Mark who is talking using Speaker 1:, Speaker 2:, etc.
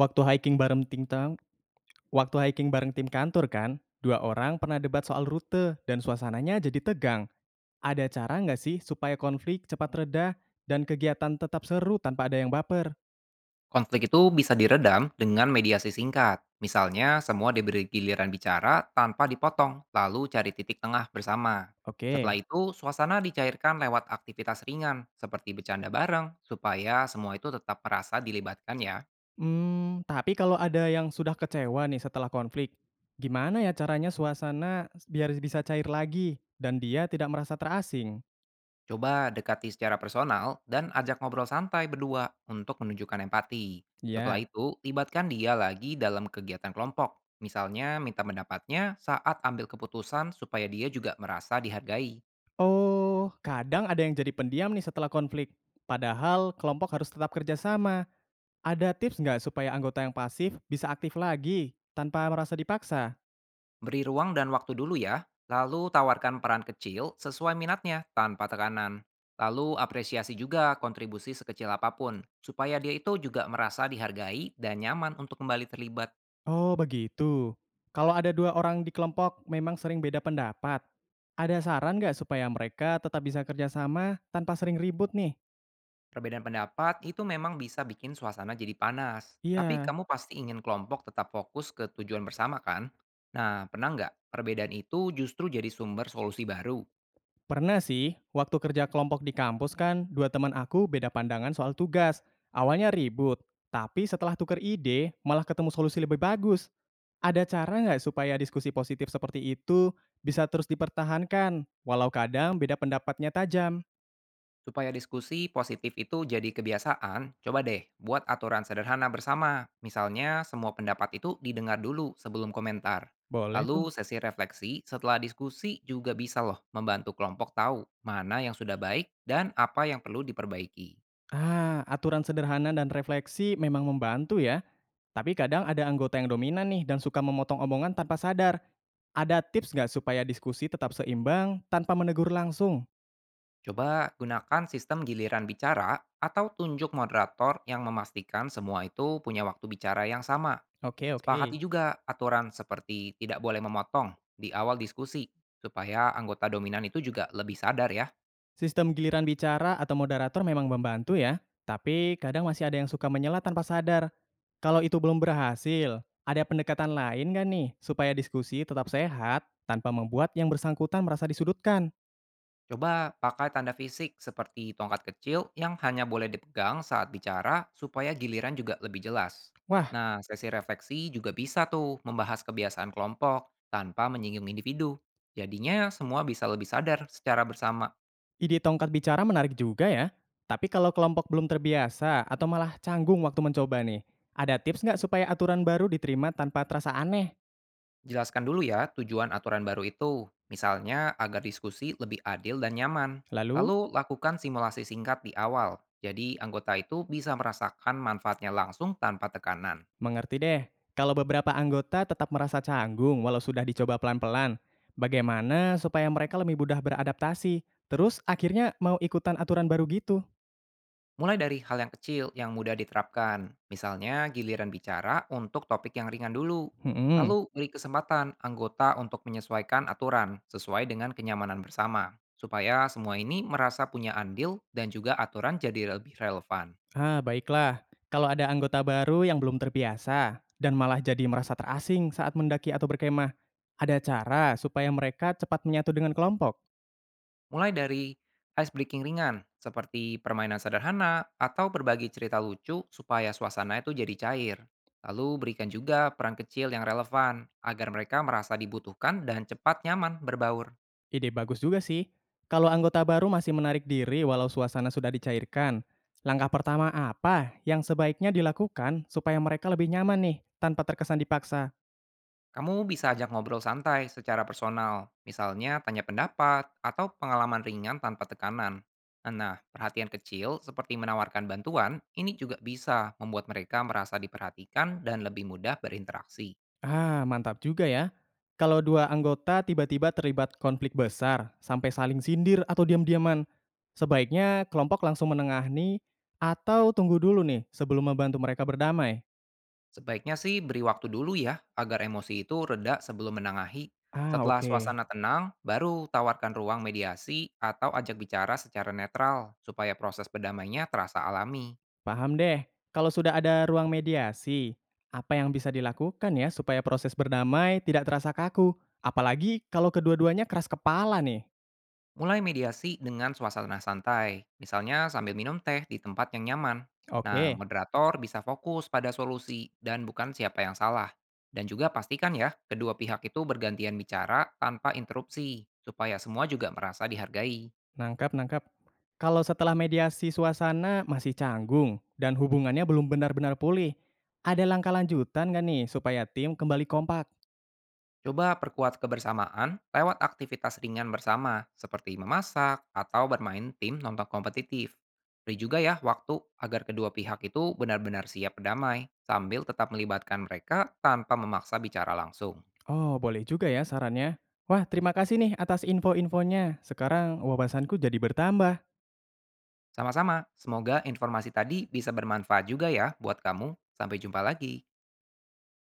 Speaker 1: Waktu hiking bareng tim tang Waktu hiking bareng tim kantor kan, dua orang pernah debat soal rute dan suasananya jadi tegang. Ada cara nggak sih supaya konflik cepat reda dan kegiatan tetap seru tanpa ada yang baper?
Speaker 2: Konflik itu bisa diredam dengan mediasi singkat. Misalnya, semua diberi giliran bicara tanpa dipotong, lalu cari titik tengah bersama. Setelah
Speaker 1: Oke.
Speaker 2: itu, suasana dicairkan lewat aktivitas ringan, seperti bercanda bareng, supaya semua itu tetap merasa dilibatkan ya.
Speaker 1: Hmm, tapi kalau ada yang sudah kecewa nih setelah konflik, gimana ya caranya suasana biar bisa cair lagi dan dia tidak merasa terasing?
Speaker 2: Coba dekati secara personal dan ajak ngobrol santai berdua untuk menunjukkan empati. Setelah
Speaker 1: Ya.
Speaker 2: itu, libatkan dia lagi dalam kegiatan kelompok. Misalnya, minta pendapatnya saat ambil keputusan supaya dia juga merasa dihargai.
Speaker 1: Oh, kadang ada yang jadi pendiam nih setelah konflik. Padahal kelompok harus tetap kerjasama. Ada tips nggak supaya anggota yang pasif bisa aktif lagi tanpa merasa dipaksa?
Speaker 2: Beri ruang dan waktu dulu ya, lalu tawarkan peran kecil sesuai minatnya tanpa tekanan. Lalu apresiasi juga kontribusi sekecil apapun, supaya dia itu juga merasa dihargai dan nyaman untuk kembali terlibat.
Speaker 1: Oh, begitu. Kalau ada dua orang di kelompok memang sering beda pendapat. Ada saran nggak supaya mereka tetap bisa kerjasama tanpa sering ribut nih?
Speaker 2: Perbedaan pendapat itu memang bisa bikin suasana jadi panas. Tapi
Speaker 1: Iya.
Speaker 2: kamu pasti ingin kelompok tetap fokus ke tujuan bersama kan? Nah, pernah nggak perbedaan itu justru jadi sumber solusi baru?
Speaker 1: Pernah sih, waktu kerja kelompok di kampus kan, dua teman aku beda pandangan soal tugas. Awalnya ribut, tapi setelah tuker ide, malah ketemu solusi lebih bagus. Ada cara nggak supaya diskusi positif seperti itu bisa terus dipertahankan, walau kadang beda pendapatnya tajam?
Speaker 2: Supaya diskusi positif itu jadi kebiasaan, coba deh buat aturan sederhana bersama. Misalnya, semua pendapat itu didengar dulu sebelum komentar.
Speaker 1: Boleh
Speaker 2: Lalu
Speaker 1: tuh.
Speaker 2: sesi refleksi setelah diskusi juga bisa loh membantu kelompok tahu mana yang sudah baik dan apa yang perlu diperbaiki.
Speaker 1: Ah, aturan sederhana dan refleksi memang membantu ya. Tapi kadang ada anggota yang dominan nih dan suka memotong omongan tanpa sadar. Ada tips nggak supaya diskusi tetap seimbang tanpa menegur langsung?
Speaker 2: Coba gunakan sistem giliran bicara atau tunjuk moderator yang memastikan semua itu punya waktu bicara yang sama.
Speaker 1: Oke, oke.
Speaker 2: Sepakati juga aturan seperti tidak boleh memotong di awal diskusi, supaya anggota dominan itu juga lebih sadar ya.
Speaker 1: Sistem giliran bicara atau moderator memang membantu ya, tapi kadang masih ada yang suka menyela tanpa sadar. Kalau itu belum berhasil, ada pendekatan lain nggak nih supaya diskusi tetap sehat tanpa membuat yang bersangkutan merasa disudutkan?
Speaker 2: Coba pakai tanda fisik seperti tongkat kecil yang hanya boleh dipegang saat bicara supaya giliran juga lebih jelas.
Speaker 1: Wah,
Speaker 2: Nah, sesi refleksi juga bisa tuh membahas kebiasaan kelompok tanpa menyinggung individu. Jadinya semua bisa lebih sadar secara bersama.
Speaker 1: ide tongkat bicara menarik juga ya. Tapi kalau kelompok belum terbiasa atau malah canggung waktu mencoba nih, ada tips nggak supaya aturan baru diterima tanpa terasa aneh?
Speaker 2: Jelaskan dulu ya tujuan aturan baru itu, misalnya agar diskusi lebih adil dan nyaman.
Speaker 1: Lalu.
Speaker 2: Lalu lakukan simulasi singkat di awal, jadi anggota itu bisa merasakan manfaatnya langsung tanpa tekanan.
Speaker 1: Mengerti deh. Kalau beberapa anggota tetap merasa canggung walau sudah dicoba pelan-pelan, bagaimana supaya mereka lebih mudah beradaptasi? Terus akhirnya mau ikutan aturan baru gitu?
Speaker 2: Mulai dari hal yang kecil yang mudah diterapkan, misalnya giliran bicara untuk topik yang ringan dulu.
Speaker 1: Hmm,
Speaker 2: Lalu beri kesempatan anggota untuk menyesuaikan aturan sesuai dengan kenyamanan bersama, supaya semua ini merasa punya andil dan juga aturan jadi lebih relevan.
Speaker 1: ah baiklah. Kalau ada anggota baru yang belum terbiasa dan malah jadi merasa terasing saat mendaki atau berkemah, ada cara supaya mereka cepat menyatu dengan kelompok?
Speaker 2: Mulai dari ice breaking ringan, seperti permainan sederhana atau berbagi cerita lucu supaya suasana itu jadi cair. Lalu berikan juga peran kecil yang relevan agar mereka merasa dibutuhkan dan cepat nyaman berbaur.
Speaker 1: Ide bagus juga sih. Kalau anggota baru masih menarik diri walau suasana sudah dicairkan, langkah pertama apa yang sebaiknya dilakukan supaya mereka lebih nyaman nih tanpa terkesan dipaksa?
Speaker 2: Kamu bisa ajak ngobrol santai secara personal, misalnya tanya pendapat atau pengalaman ringan tanpa tekanan. Nah, perhatian kecil seperti menawarkan bantuan ini juga bisa membuat mereka merasa diperhatikan dan lebih mudah berinteraksi.
Speaker 1: Ah, mantap juga ya. Kalau dua anggota tiba-tiba terlibat konflik besar sampai saling sindir atau diam-diaman, sebaiknya kelompok langsung menengahi atau tunggu dulu nih sebelum membantu mereka berdamai.
Speaker 2: Sebaiknya sih beri waktu dulu ya, agar emosi itu reda sebelum menengahi.
Speaker 1: Ah,
Speaker 2: Setelah
Speaker 1: oke.
Speaker 2: suasana tenang, baru tawarkan ruang mediasi atau ajak bicara secara netral, supaya proses berdamainya terasa alami.
Speaker 1: Paham deh. Kalau sudah ada ruang mediasi, apa yang bisa dilakukan ya supaya proses berdamai tidak terasa kaku? Apalagi kalau kedua-duanya keras kepala nih.
Speaker 2: Mulai mediasi dengan suasana santai, misalnya sambil minum teh di tempat yang nyaman. Nah,
Speaker 1: Oke,
Speaker 2: moderator bisa fokus pada solusi dan bukan siapa yang salah. Dan juga pastikan ya, kedua pihak itu bergantian bicara tanpa interupsi, supaya semua juga merasa dihargai.
Speaker 1: nangkap, nangkap. Kalau setelah mediasi suasana masih canggung dan hubungannya belum benar-benar pulih, ada langkah lanjutan nggak nih supaya tim kembali kompak?
Speaker 2: Coba perkuat kebersamaan lewat aktivitas ringan bersama, seperti memasak atau bermain tim nonton kompetitif. Beri juga ya waktu agar kedua pihak itu benar-benar siap berdamai, sambil tetap melibatkan mereka tanpa memaksa bicara langsung.
Speaker 1: Oh, boleh juga ya sarannya. Wah, terima kasih nih atas info-infonya. Sekarang wawasanku jadi bertambah.
Speaker 2: Sama-sama, semoga informasi tadi bisa bermanfaat juga ya buat kamu. Sampai jumpa lagi.